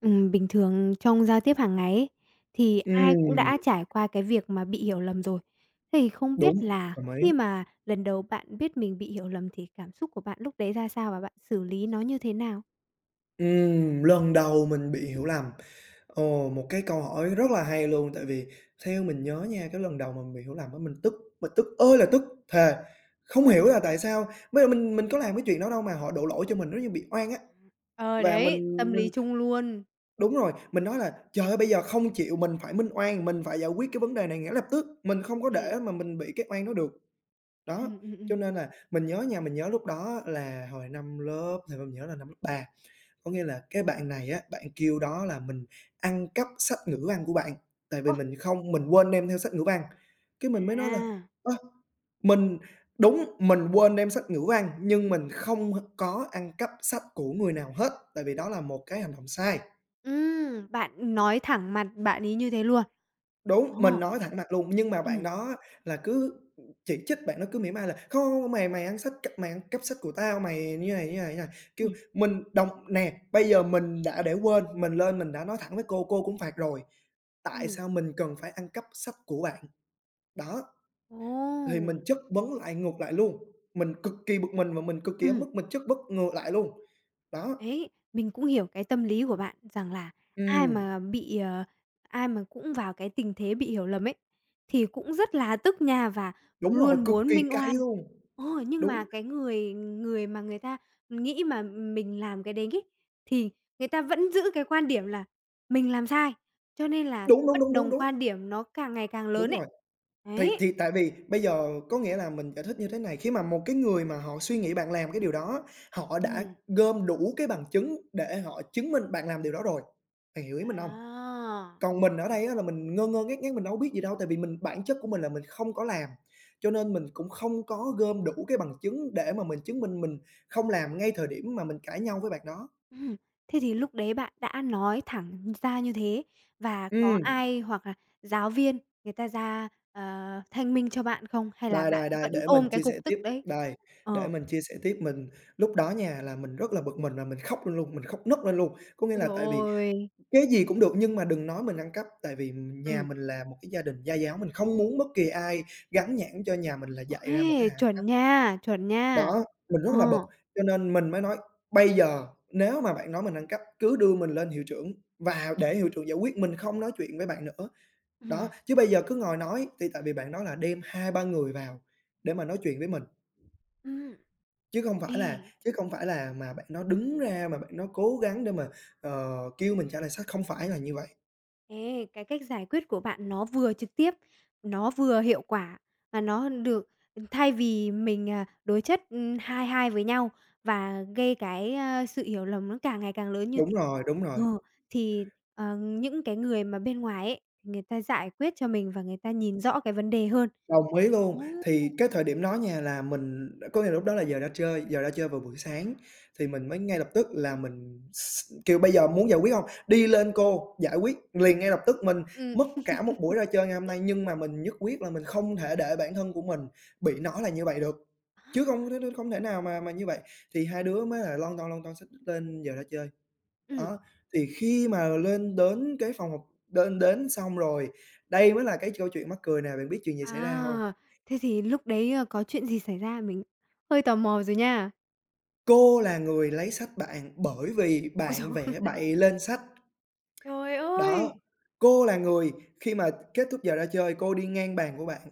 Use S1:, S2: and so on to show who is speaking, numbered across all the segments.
S1: Bình thường trong giao tiếp hàng ngày ấy, thì ai cũng
S2: Ừm,
S1: đã trải qua cái việc mà bị hiểu lầm rồi. Thế thì không
S2: đúng,
S1: biết là
S2: đồng ý.
S1: khi mà lần đầu bạn biết mình bị hiểu lầm thì cảm xúc của bạn lúc đấy ra sao và bạn xử lý nó như thế nào?
S2: Lần đầu mình bị hiểu lầm. Ồ, một cái câu hỏi rất là hay luôn, tại vì theo mình nhớ nha, cái lần đầu mà mình bị hiểu lầm á, mình tức ơi là tức, thề, không
S1: Uầy,
S2: hiểu là tại sao, bây giờ mình có làm cái chuyện đó đâu mà họ đổ lỗi cho mình, nó như bị oan á.
S1: ờ,
S2: Và mình
S1: đấy, tâm lý
S2: mình
S1: chung luôn.
S2: đúng rồi, mình nói là "Trời ơi, bây giờ không chịu, mình phải minh oan, mình phải giải quyết cái vấn đề này ngay lập tức, mình không có để
S1: Ừm.
S2: mà mình bị cái oan đó được." Đó,
S1: Ừm, ừm, ừm.
S2: cho nên là mình nhớ nha, mình nhớ lúc đó là hồi năm lớp, thì mình nhớ là năm lớp 3. Có nghĩa là cái bạn này á, bạn kêu đó là mình ăn cắp sách ngữ văn của bạn, tại vì
S1: Ô!
S2: mình không mình quên đem theo sách ngữ văn. Cái mình mới nói là
S1: À,
S2: "Ơ, mình đúng, mình quên đem sách ngữ văn nhưng mình không có ăn cắp sách của người nào hết, tại vì đó là một cái hành động sai."
S1: bạn nói thẳng mặt bạn ấy như thế luôn.
S2: Đúng,
S1: Ồ,
S2: mình nói thẳng mặt luôn, nhưng mà bạn
S1: ừm,
S2: đó là cứ chỉ trích, bạn đó cứ mỉa mai là "Không, hông, hông, mày mày ăn sách c mày ăn cắp sách của tao, mày như này, như này, như này." Kêu
S1: ừm,
S2: mình đồng nè, bây giờ mình đã để quên, mình lên mình đã nói thẳng với cô cũng phạt rồi, tại
S1: ừm.
S2: sao mình cần phải ăn cắp sách của bạn? Đó, thì mình
S1: Ồ!
S2: chất vấn lại ngược lại luôn, mình cực kỳ bực mình và mình cực kỳ ấm
S1: Ừm.
S2: ức, mình chất vấn ngược lại luôn. Đó,
S1: Đấy, mình cũng hiểu cái tâm lý của bạn rằng là ai
S2: ừm,
S1: mà bị, ờ, ai mà cũng vào cái tình thế bị hiểu lầm ấy, thì cũng rất là tức nhà và
S2: đúng rồi,
S1: luôn
S2: cực
S1: muốn
S2: kỳ
S1: minh
S2: cay
S1: oan.
S2: luôn.
S1: Ờ, nhưng
S2: Đúng,
S1: mà cái người người mà người ta nghĩ mà mình làm cái đấy ấy, thì người ta vẫn giữ cái quan điểm là mình làm sai, cho nên là
S2: đúng, đúng,
S1: bất
S2: đúng, đúng,
S1: đồng
S2: đúng,
S1: quan điểm nó càng ngày càng lớn
S2: đúng
S1: ấy.
S2: rồi. Thì
S1: Đấy,
S2: thì tại vì bây giờ có nghĩa là mình giải thích như thế này, khi mà một cái người mà họ suy nghĩ bạn làm cái điều đó, họ đã
S1: ừm,
S2: gom đủ cái bằng chứng để họ chứng minh bạn làm điều đó rồi, bạn hiểu ý mình hông?
S1: à.
S2: Còn mình ở đây á là mình ngơ ngơ ngác ngác, mình đâu có biết gì đâu, tại vì mình bản chất của mình là mình không có làm, cho nên mình cũng không có gom đủ cái bằng chứng để mà mình chứng minh mình không làm ngay thời điểm mà mình cãi nhau với bạn đó.
S1: Ừm, Thế thì lúc đấy bạn đã nói thẳng ra như thế và có
S2: Ừm.
S1: ai hoặc là giáo viên người ta ra, thanh minh cho bạn không? Hay là
S2: Đây,
S1: bạn
S2: đây, đây,
S1: vẫn
S2: để mình
S1: ôm cái
S2: chia sẻ
S1: cục
S2: tiếp,
S1: tức đấy?
S2: đây, để
S1: Ờ.
S2: mình chia sẻ tiếp. Mình lúc đó nha là mình rất là bực mình và mình khóc lên luôn, mình khóc nấc lên luôn. Có nghĩa
S1: Ôi
S2: là
S1: trời
S2: tại vì
S1: ôi!
S2: cái gì cũng được nhưng mà đừng nói mình ăn cắp, tại vì nhà
S1: Ừm.
S2: mình là một cái gia đình gia giáo, mình không muốn bất kỳ ai gắn nhãn cho nhà mình là dạy ra một cái
S1: Ê,
S2: là ăn
S1: chuẩn
S2: cắp.
S1: nha, chuẩn nha!
S2: Đó, mình rất là bực,
S1: Ờ.
S2: cho nên mình mới nói bây giờ nếu mà bạn nói mình ăn cắp cứ đưa mình lên hiệu trưởng và để hiệu trưởng giải quyết, mình không nói chuyện với bạn nữa. Đó,
S1: Ừm.
S2: chứ bây giờ cứ ngồi nói thì tại vì bạn nói là đem hai ba người vào để mà nói chuyện với mình.
S1: Ừ.
S2: Chứ không phải
S1: Ê.
S2: là chứ không phải là mà bạn đó đứng ra mà bạn đó cố gắng để mà, kêu mình trả lời sách, không phải là như vậy.
S1: Ê, cái cách giải quyết của bạn nó vừa trực tiếp, nó vừa hiệu quả và nó được thay vì mình, đối chất, hai hai với nhau và gây sự hiểu lầm nó càng ngày càng lớn như
S2: Đúng
S1: thế
S2: rồi, đúng rồi.
S1: ờ, thì, những cái người mà bên ngoài ấy, người ta giải quyết cho mình và người ta nhìn rõ cái vấn đề hơn.
S2: Đồng ý
S1: Ồ!
S2: luôn. Thì cái thời điểm đó nha là mình có nghĩa là lúc đó là giờ ra chơi vào buổi sáng thì mình mới ngay lập tức là mình s kiểu, bây giờ muốn giải quyết hông? Đi lên cô, giải quyết liền ngay lập tức. Mình
S1: Ừm.
S2: mất cả một buổi ra chơi ngày hôm nay nhưng mà mình nhất quyết là mình không thể để bản thân của mình bị nó là như vậy được, chứ
S1: Á!
S2: không thế không thể nào mà như vậy. Thì hai đứa mới là lon ton xách lên giờ ra chơi. Đó, thì khi mà lên đến cái phòng học đến đến xong rồi, đây mới là cái câu chuyện mắc cười nè, bạn biết chuyện gì xảy ra hông?
S1: À, thế thì lúc đấy, có chuyện gì xảy ra? Mình hơi tò mò rồi nha.
S2: Cô là người lấy sách bạn bởi vì
S1: Ôi giời
S2: bạn vẽ bậy lên sách.
S1: Trời
S2: Đó,
S1: ơi!
S2: cô là người khi mà kết thúc giờ ra chơi, cô đi ngang bàn của bạn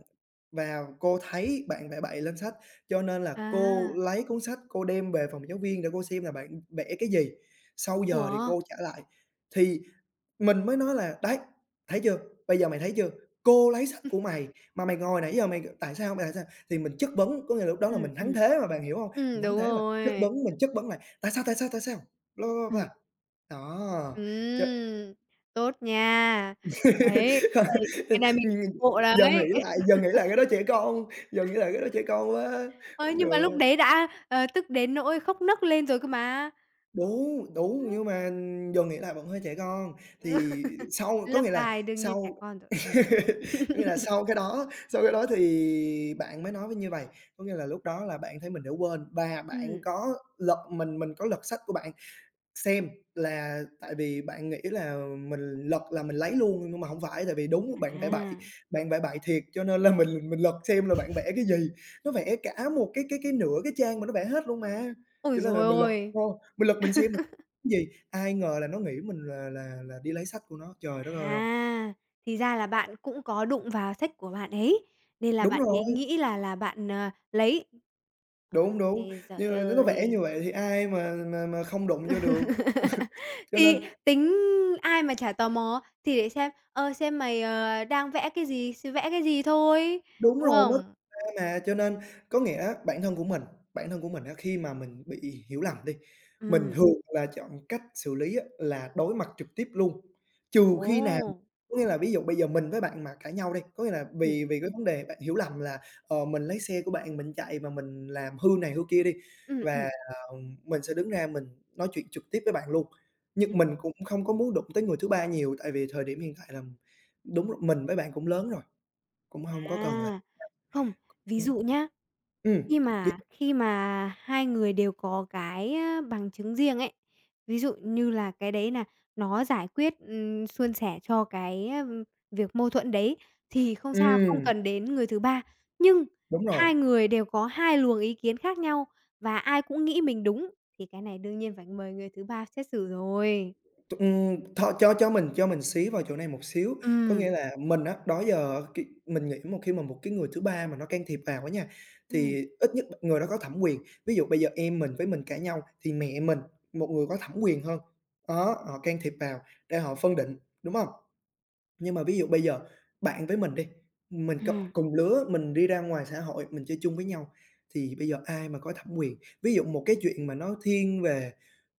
S2: và cô thấy bạn vẽ bậy lên sách, cho nên là cô
S1: À,
S2: lấy cuốn sách cô đem về phòng giáo viên để cô xem là bạn vẽ cái gì, sau giờ thì
S1: ủa?
S2: cô trả lại. Thì mình mới nói là "Đấy, thấy chưa? Bây giờ mày thấy chưa? Cô lấy sách của mày mà mày ngồi nãy giờ mày tại sao mày tại sao?" Thì mình chất vấn, có nghĩa là lúc đó là
S1: Ừm,
S2: mình thắng
S1: ừm.
S2: thế mà, bạn hiểu hông? Mình thắng
S1: Đúng
S2: thế mà, chất
S1: rồi.
S2: vấn, mình chất vấn lại "Tại sao, tại sao, tại sao?" Bla, bla, bla,
S1: Ừm.
S2: bla. Đó, cho
S1: Ừm, tốt nha. Đấy, cái này mình ủng hộ đấy.
S2: giờ nghĩ lại cái đó trẻ con, giờ nghĩ lại cái đó trẻ con quá,
S1: Ơ,
S2: không
S1: nhưng mà
S2: được.
S1: lúc đấy đã, tức đến nỗi khóc nấc lên rồi cơ mà.
S2: Đúng, đúng, nhưng mà giờ nghĩ lại vẫn hơi trẻ con. Thì sau có
S1: Lớp
S2: nghĩa là
S1: bài đương nhiên trẻ
S2: sau
S1: con rồi. Ừm.
S2: Có nghĩa là sau cái đó thì bạn mới nói với như vầy, có nghĩa là lúc đó là bạn thấy mình đã quên và bạn
S1: Ừm,
S2: có lật mình có lật sách của bạn xem là tại vì bạn nghĩ là mình lật là mình lấy luôn, nhưng mà hổng phải, tại vì đúng
S1: à.
S2: bạn vẽ bậy thiệt, cho nên là mình lật xem là bạn vẽ cái gì. Nó vẽ cả một cái nửa cái trang mà nó vẽ hết luôn mà,
S1: Ôi
S2: cho nên là
S1: giời
S2: mình lật
S1: ôi!
S2: mình lật mình xem là cái gì, ai ngờ là nó nghĩ mình là đi lấy sách của nó, trời đất ơi hông.
S1: À, thì ra là bạn cũng có đụng vào sách của bạn ấy, nên là
S2: Đúng
S1: bạn
S2: rồi.
S1: ấy nghĩ là bạn, lấy.
S2: Đúng, đúng,
S1: Ây giời
S2: nhưng mà nếu nó vẽ như
S1: ơi!
S2: vậy thì ai mà mà không đụng vô được. Cho nên
S1: Thì tính ai mà chả tò mò, thì để xem mày, đang vẽ cái gì, vẽ cái gì thôi,
S2: Đúng
S1: đúng
S2: rồi, mới
S1: không?
S2: ra mà, cho nên có nghĩa á bản thân của mình á, khi mà mình bị hiểu lầm đi, mình
S1: Ừm,
S2: thường là chọn cách xử lý á là đối mặt trực tiếp luôn, trừ
S1: ồ,
S2: khi nào có nghĩa là ví dụ bây giờ mình với bạn mà cãi nhau đi, có nghĩa là
S1: ừm,
S2: vì vì cái vấn đề bạn hiểu lầm là, mình lấy xe của bạn mình chạy và mình làm hư này hư kia đi,
S1: ừm,
S2: và,
S1: ừm,
S2: ờ, mình sẽ đứng ra mình nói chuyện trực tiếp với bạn luôn.
S1: ừm,
S2: Nhưng mình cũng không có muốn đụng tới người thứ ba nhiều, tại vì thời điểm hiện tại là đúng rồi, mình với bạn cũng lớn rồi, cũng hông có còn là
S1: à. Không, ví
S2: ừ,
S1: dụ nhá.
S2: Ừm,
S1: Khi
S2: biết
S1: mà khi mà hai người đều có bằng chứng riêng ấy, ví dụ như là cái đấy là nó giải quyết, suôn sẻ cho việc mâu thuẫn đấy thì không sao, không
S2: ừm,
S1: cần đến người thứ ba. Nhưng
S2: đúng rồi.
S1: hai người đều có hai luồng ý kiến khác nhau và ai cũng nghĩ mình đúng thì cái này đương nhiên phải mời người thứ ba xét xử rồi.
S2: T tho cho mình xí vào chỗ này một xíu, có
S1: Ừm.
S2: nghĩa là mình á, đó giờ cái mình nghĩ một khi mà một cái người thứ ba mà nó can thiệp vào á nha,
S1: Ừm.
S2: thì ít nhất người đó có thẩm quyền. Ví dụ bây giờ em mình với mình cãi nhau thì mẹ mình, một người có thẩm quyền hơn, đó, họ can thiệp vào để họ phân định, đúng hông? Nhưng mà ví dụ bây giờ bạn với mình đi, mình cặp
S1: Ừm,
S2: cùng lứa, mình đi ra ngoài xã hội, mình chơi chung với nhau, thì bây giờ ai mà có thẩm quyền? Ví dụ một cái chuyện mà nó thiên về,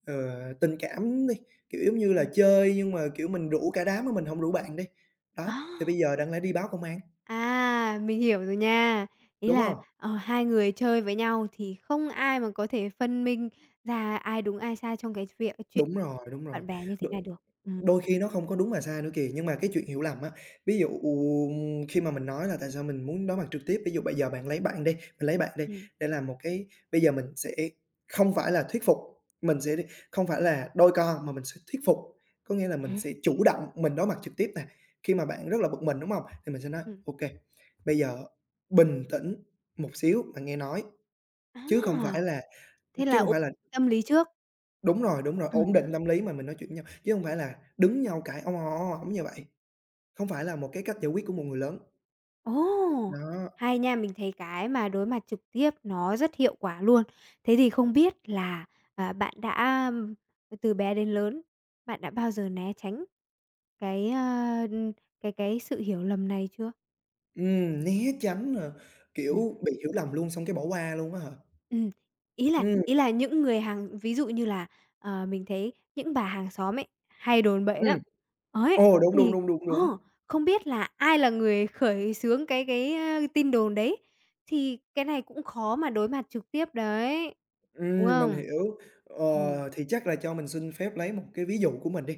S2: ờ, tình cảm đi, kiểu, giống như là,
S1: ừm.
S2: chơi nhưng mà, kiểu, mình rủ cả đám mà mình hổng rủ bạn đi, đó,
S1: Á!
S2: thì bây giờ đáng lẽ đi báo công an,
S1: À, mình hiểu rồi nha. Ý
S2: đúng
S1: là,
S2: hông?
S1: hai người chơi với nhau thì không ai mà có thể phân minh ra ai đúng ai sai trong cái việc chuyện
S2: Đúng rồi,
S1: bạn bè như
S2: đ
S1: thế này được. Ừm,
S2: Đôi khi nó không có đúng mà sai nữa kìa, nhưng mà cái chuyện hiểu lầm á, ví dụ khi mà mình nói là tại sao mình muốn đối mặt trực tiếp, ví dụ bây giờ bạn lấy bạn đi, mình lấy bạn đi,
S1: ừm,
S2: để làm một cái bây giờ mình sẽ không phải là thuyết phục, mình sẽ không phải là đôi co mà mình sẽ thuyết phục. Có nghĩa là mình sẽ
S1: Ừm.
S2: chủ động mình đối mặt trực tiếp nè, khi mà bạn rất là bực mình, đúng không Thì mình sẽ nói:
S1: Ừm.
S2: ok bây giờ bình tĩnh một xíu, bạn nghe nói." Chứ không phải
S1: À,
S2: là
S1: thế
S2: chứ
S1: là
S2: không
S1: ổn
S2: phải là
S1: tâm lý trước.
S2: đúng rồi,
S1: Ừm.
S2: ổn định tâm lý mà mình nói chuyện với nhau, chứ không phải là đứng nhau cãi "Ong, ong, ong" ong ong như vậy. Không phải là một cái cách giải quyết của một người lớn.
S1: Ồ,
S2: Đó,
S1: hay nha, mình thấy cái mà đối mặt trực tiếp nó rất hiệu quả luôn. Thế thì không biết là, bạn đã, từ bé đến lớn, bạn đã bao giờ né tránh cái, a, cái sự hiểu lầm này chưa?
S2: né tránh nè, kiểu, bị hiểu lầm luôn xong cái bỏ qua luôn á hả?
S1: Ừm, ý là
S2: Ừm,
S1: ý là những người ví dụ như là, mình thấy những bà hàng xóm ấy, hay đồn bậy
S2: ừm,
S1: lắm. Ấy,
S2: ồ, đúng, đúng,
S1: thì
S2: đúng, đúng,
S1: ờ,
S2: đúng.
S1: không biết là ai là người khởi xướng cái tin đồn đấy, thì cái này cũng khó mà đối mặt trực tiếp đấy, đúng
S2: Mình
S1: không?
S2: hiểu.
S1: Ừm,
S2: Ờ, thì chắc là cho mình xin phép lấy một cái ví dụ của mình đi.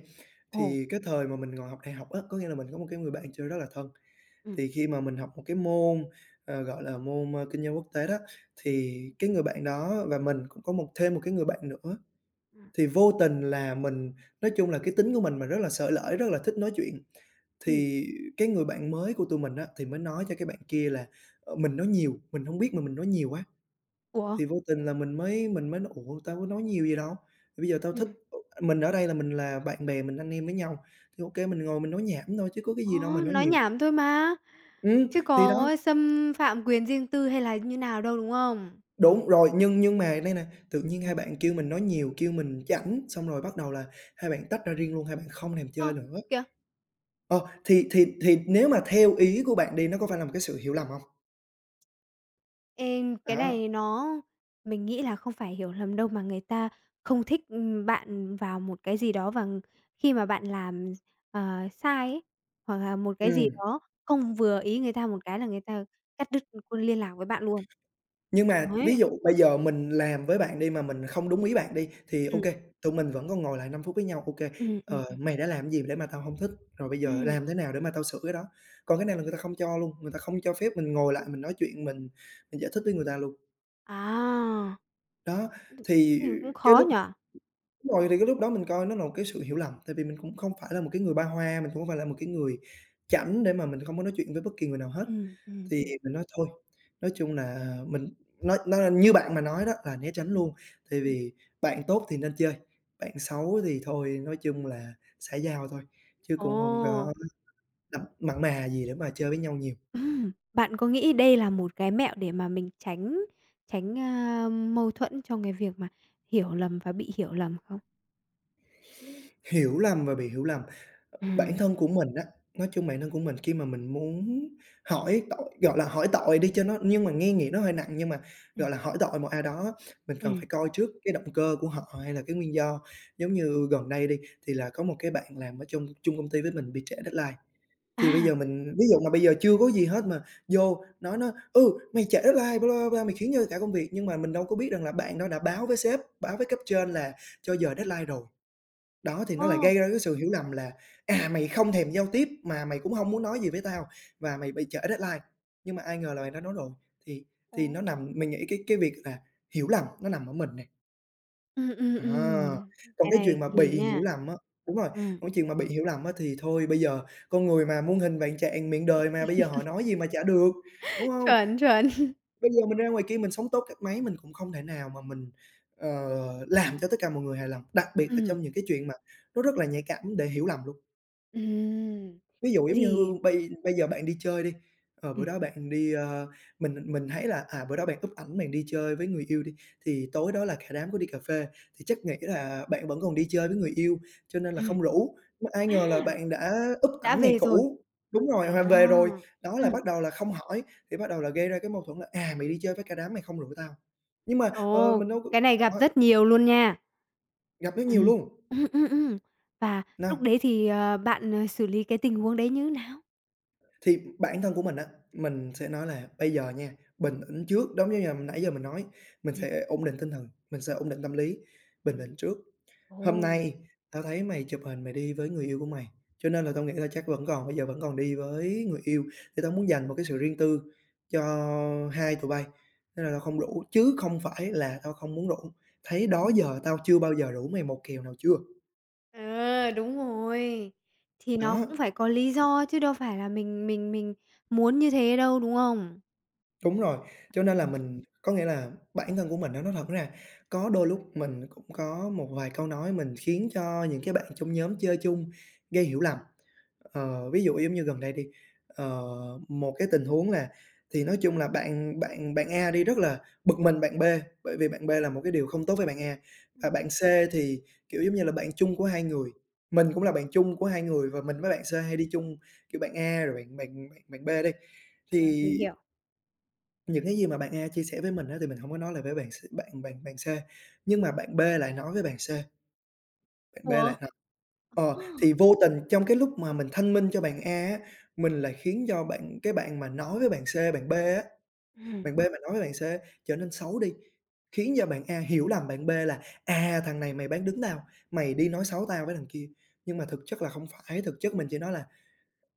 S1: ồ,
S2: Thì cái thời mà mình ngồi học đại học á, có nghĩa là mình có một cái người bạn chơi rất là thân.
S1: ừm,
S2: Thì khi mà mình học một cái môn, gọi là, môn, kinh doanh quốc tế đó, thì cái người bạn đó và mình cũng có một thêm một cái người bạn nữa.
S1: ừm,
S2: Thì vô tình là mình, nói chung là cái tính của mình rất là xởi lởi, rất là thích nói chuyện,
S1: ừm,
S2: thì cái người bạn mới của tụi mình á, thì mới nói cho cái bạn kia là, mình nói nhiều, mình hông biết mà mình nói nhiều quá,
S1: ủa?
S2: thì vô tình là mình mới nói: "Ủa, tao có nói nhiều gì đâu, bây giờ tao thích."
S1: Ừm.
S2: Ờ, mình ở đây là mình là bạn bè, mình anh em với nhau, thì ô kê mình ngồi mình nói nhảm thôi chứ có cái
S1: Ờ,
S2: gì đâu mà nói
S1: nói
S2: nhiều.
S1: nhảm thôi mà,
S2: Ừm,
S1: chứ
S2: thì đó,
S1: có xâm phạm quyền riêng tư hay là như nào đâu, đúng không?
S2: đúng rồi, nhưng mà đây nè, tự nhiên hai
S1: Ừm.
S2: bạn kêu mình nói nhiều, kêu mình chảnh, xong rồi bắt đầu là hai bạn tách ra riêng luôn, hai bạn không thèm
S1: Ơ,
S2: chơi nữa.
S1: kìa.
S2: Ờ, thì nếu mà theo ý của bạn đi, nó có phải là một cái sự hiểu lầm hông?
S1: Ê, cái
S2: Đó.
S1: này nó mình nghĩ là không phải hiểu lầm đâu, mà người ta không thích, bạn vào một cái gì đó và khi mà bạn làm, sai ấy, hoặc là một cái gì
S2: Ừm.
S1: đó không vừa ý người ta một cái là người ta cắt đứt luôn liên lạc với bạn luôn.
S2: Nhưng mà
S1: Đấy.
S2: ví dụ bây giờ mình làm với bạn đi mà mình không đúng ý bạn đi, thì ô
S1: Ừm,
S2: kê, tụi mình vẫn còn ngồi lại 5 phút với nhau, ô kê,
S1: ừm, ừm,
S2: "Ờ, mày đã làm gì để mà tao hông thích? Rồi bây giờ
S1: ừm.
S2: làm thế nào để mà tao sửa cái đó?" Còn cái này là người ta không cho luôn, người ta không cho phép mình ngồi lại mình nói chuyện, mình giải thích với người ta luôn.
S1: À,
S2: Đó,
S1: thế
S2: thì
S1: thì cũng
S2: cái
S1: khó
S2: lúc
S1: nhỉ?
S2: đúng rồi, thì cái lúc đó mình coi nó là một cái sự hiểu lầm, tại vì mình cũng không phải là một cái người ba hoa, mình cũng không phải là một cái người chảnh để mà mình không có nói chuyện với bất kỳ người nào hết.
S1: Ừm, ừm,
S2: Thì mình nói thôi, nói chung là mình nói như bạn mà nói đó là né tránh
S1: Ừm.
S2: luôn, tại vì bạn tốt thì nên chơi, bạn xấu thì thôi, nói chung là xã giao thôi, chứ
S1: Ồ.
S2: cũng hông có đập mặn mà gì để mà chơi với nhau nhiều.
S1: Bạn có nghĩ đây là một cái mẹo để mà mình tránh tránh, a, mâu thuẫn trong cái việc mà hiểu lầm và bị hiểu lầm không?
S2: Hiểu lầm và bị hiểu lầm. Ờ,
S1: À,
S2: bản thân của mình á, nói chung bản thân của mình khi mà mình muốn hỏi tội, gọi là, hỏi tội đi cho nó, nhưng mà nghe nghĩa nó hơi nặng, nhưng mà,
S1: ừm.
S2: gọi là, hỏi tội một ai đó, mình cần phải
S1: Ừm,
S2: coi trước cái động cơ của họ hay là cái nguyên do. Giống như gần đây đi, thì là có một cái bạn làm ở trong chung công ty với mình bị trễ deadline, thì bây
S1: à!
S2: giờ mình ví dụ mà bây giờ chưa có gì hết mà vô nói nó: "Ừ, mày trễ deadline, bla, bla, bla, mày khiến như cả công việc." Nhưng mà mình đâu có biết rằng là bạn đó đã báo với sếp, báo với cấp trên là cho giờ deadline rồi. Đó, thì nó lại
S1: Ô!
S2: gây ra cái sự hiểu lầm là, à, mày không thèm giao tiếp mà mày cũng hông muốn nói gì với tao và mày bị trễ deadline, nhưng mà ai ngờ là mày đã nói rồi, thì
S1: Ồ!
S2: thì nó nằm, mình nghĩ cái việc là hiểu lầm nó nằm ở mình nè.
S1: Ừm, ừm,
S2: À,
S1: ừm,
S2: còn
S1: cái
S2: cái
S1: này
S2: chuyện mà bị
S1: kỳ
S2: hiểu
S1: nha.
S2: lầm á đúng rồi, còn
S1: Ừm.
S2: cái chuyện mà bị hiểu lầm á thì thôi, bây giờ con người mà muôn hình vạn trạng, miệng đời mà, bây giờ họ nói gì mà chả được, đúng hông?
S1: Chuẩn, chuẩn.
S2: Bây giờ mình ra ngoài kia mình sống tốt cách mấy mình cũng không thể nào mà mình, ờ, làm cho tất cả mọi người hài lòng, đặc biệt là
S1: Ừm,
S2: trong những cái chuyện mà nó rất là nhạy cảm để hiểu lầm luôn.
S1: ừm.
S2: Ví dụ
S1: Thế
S2: giống
S1: thì
S2: như bây bây giờ bạn đi chơi đi, ờ, bữa
S1: Ừm.
S2: đó bạn đi, mình thấy là, à, bữa đó bạn up ảnh bạn đi chơi với người yêu đi, thì tối đó là cả đám có đi cà phê, thì chắc nghĩ là bạn vẫn còn đi chơi với người yêu, cho nên là
S1: ừm,
S2: không rủ, mà ai
S1: à,
S2: ngờ là bạn đã up
S1: đã
S2: ảnh ngày
S1: về rồi.
S2: cũ. Đúng
S1: À,
S2: rồi, và về rồi, đó là
S1: ừm.
S2: bắt đầu là không hỏi, thì bắt đầu là gây ra cái mâu thuẫn là: "À, mày đi chơi với cả đám mày không rủ tao." Nhưng mà, ờ,
S1: Ồ,
S2: mình đâu có.
S1: cái này gặp
S2: Đó,
S1: rất nhiều luôn nha.
S2: gặp nó nhiều
S1: Ừm,
S2: luôn,
S1: ừm, ừm, ừm. Và lúc
S2: no.
S1: đấy thì, bạn, xử lý cái tình huống đấy như nào?
S2: Thì bản thân của mình á, mình sẽ nói là bây giờ nha, bình tĩnh trước, giống như là nãy giờ mình nói, mình
S1: Ừm,
S2: sẽ ổn định tinh thần, mình sẽ ổn định tâm lý, bình
S1: ừm.
S2: tĩnh trước. Hôm
S1: Ồ!
S2: nay tao thấy mày chụp hình mày đi với người yêu của mày, cho nên là tao nghĩ là chắc vẫn còn, bây giờ vẫn còn đi với người yêu, thì tao muốn dành một cái sự riêng tư cho hai tụi bay, nên là tao không rủ, chứ không phải là tao không muốn rủ, thấy đó
S1: Ừm.
S2: giờ tao chưa bao giờ rủ mày một kèo nào chưa?
S1: Ờ, đúng rồi. Thì nó
S2: Đó.
S1: cũng phải có lý do chứ đâu phải là mình muốn như thế đâu, đúng không?
S2: Đúng rồi, cho nên là
S1: Ừm.
S2: mình có nghĩa là bản thân của mình á, nói thật ra có đôi lúc mình cũng có một vài câu nói mình khiến cho những cái bạn trong nhóm chơi chung gây hiểu lầm. Ờ, ví dụ giống như gần đây đi, ờ, một cái tình huống là, thì nói chung là bạn bạn bạn A đi rất là bực mình bạn B, bởi vì bạn B làm một cái điều không tốt với bạn A, và bạn C thì, kiểu, giống như là bạn chung của hai người, mình cũng là bạn chung của hai người và mình với bạn C hay đi chung, kiểu, bạn A rồi bạn bạn bạn bạn B đi,
S1: Ờ,
S2: thì
S1: mình hiểu.
S2: những cái gì mà bạn A chia sẻ với mình á, thì mình hổng có nói lại với bạn C, nhưng mà bạn B lại nói với bạn C, bạn B
S1: Ủa?
S2: lại nói ờ,
S1: Ờ.
S2: thì vô tình trong cái lúc mà mình thanh minh cho bạn A á, mình lại khiến cho cái bạn mà nói với bạn C,
S1: Ừm.
S2: bạn B mà nói với bạn C trở nên xấu đi, khiến cho bạn A hiểu lầm bạn B là: "À, thằng này mày bán đứng tao, mày đi nói xấu tao với thằng kia." Nhưng mà thực chất là không phải, thực chất mình chỉ nói là,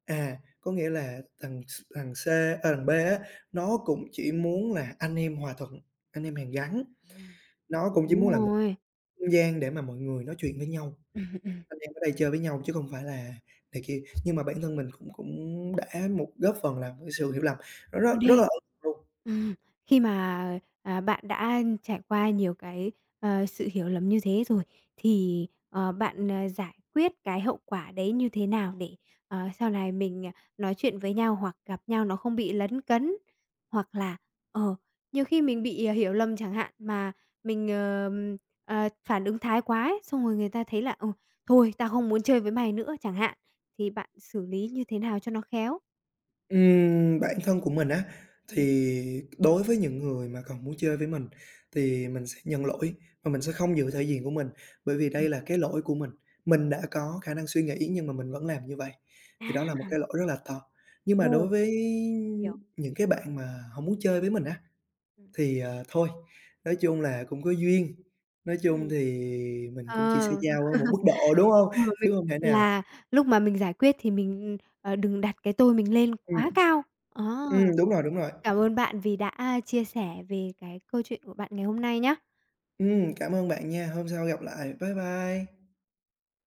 S2: à, có nghĩa là thằng thằng C, nó cũng chỉ muốn là anh em hòa thuận, anh em hàn gắn, nó cũng chỉ muốn
S1: Đúng
S2: là một
S1: rồi.
S2: không gian để mà mọi người nói chuyện với nhau, anh em ở đây chơi với nhau chứ không phải là này kia. Nhưng mà bản thân mình cũng cũng đã một góp phần làm cái sự hiểu lầm, nó
S1: Ờ,
S2: rất rất
S1: đi.
S2: là…
S1: Ừm, Khi mà, bạn đã trải qua nhiều cái, sự hiểu lầm như thế rồi thì, bạn, giải quyết cái hậu quả đấy như thế nào để, sau này mình, nói chuyện với nhau hoặc gặp nhau nó không bị lấn cấn? Hoặc là, ờ, nhiều khi mình bị, hiểu lầm chẳng hạn mà mình, phản ứng thái quá ấy, xong rồi người ta thấy là "Ừ, thôi tao không muốn chơi với mày nữa" chẳng hạn, thì bạn xử lý như thế nào cho nó khéo?
S2: Bản thân của mình á,
S1: Ừm,
S2: thì đối với những người mà còn muốn chơi với mình thì mình sẽ nhận lỗi và mình sẽ không giữ thể diện của mình, bởi vì đây
S1: ừm.
S2: là cái lỗi của mình. Mình đã có khả năng suy nghĩ nhưng mà mình vẫn làm như vậy,
S1: À.
S2: thì đó là một cái lỗi rất là to. Nhưng mà đối
S1: Ồ.
S2: với
S1: Hiểu.
S2: những cái bạn mà không muốn chơi với mình á,
S1: Ừm.
S2: thì, ờ, thôi, nói chung là cũng có duyên, nói chung
S1: Ừm.
S2: thì mình
S1: Ờ.
S2: cũng chỉ sẽ giao ở một mức độ, đúng không?
S1: Ờ,
S2: Chứ không thể
S1: mình
S2: nào…
S1: là lúc mà mình giải quyết thì mình, đừng đặt cái tôi mình lên
S2: Ừm,
S1: quá cao. Ờ,
S2: đúng rồi, đúng rồi.
S1: cảm ơn bạn vì đã chia sẻ về cái câu chuyện của bạn ngày hôm nay nhá.
S2: Cảm ơn bạn nha. Hôm sau gặp lại. Bye bye.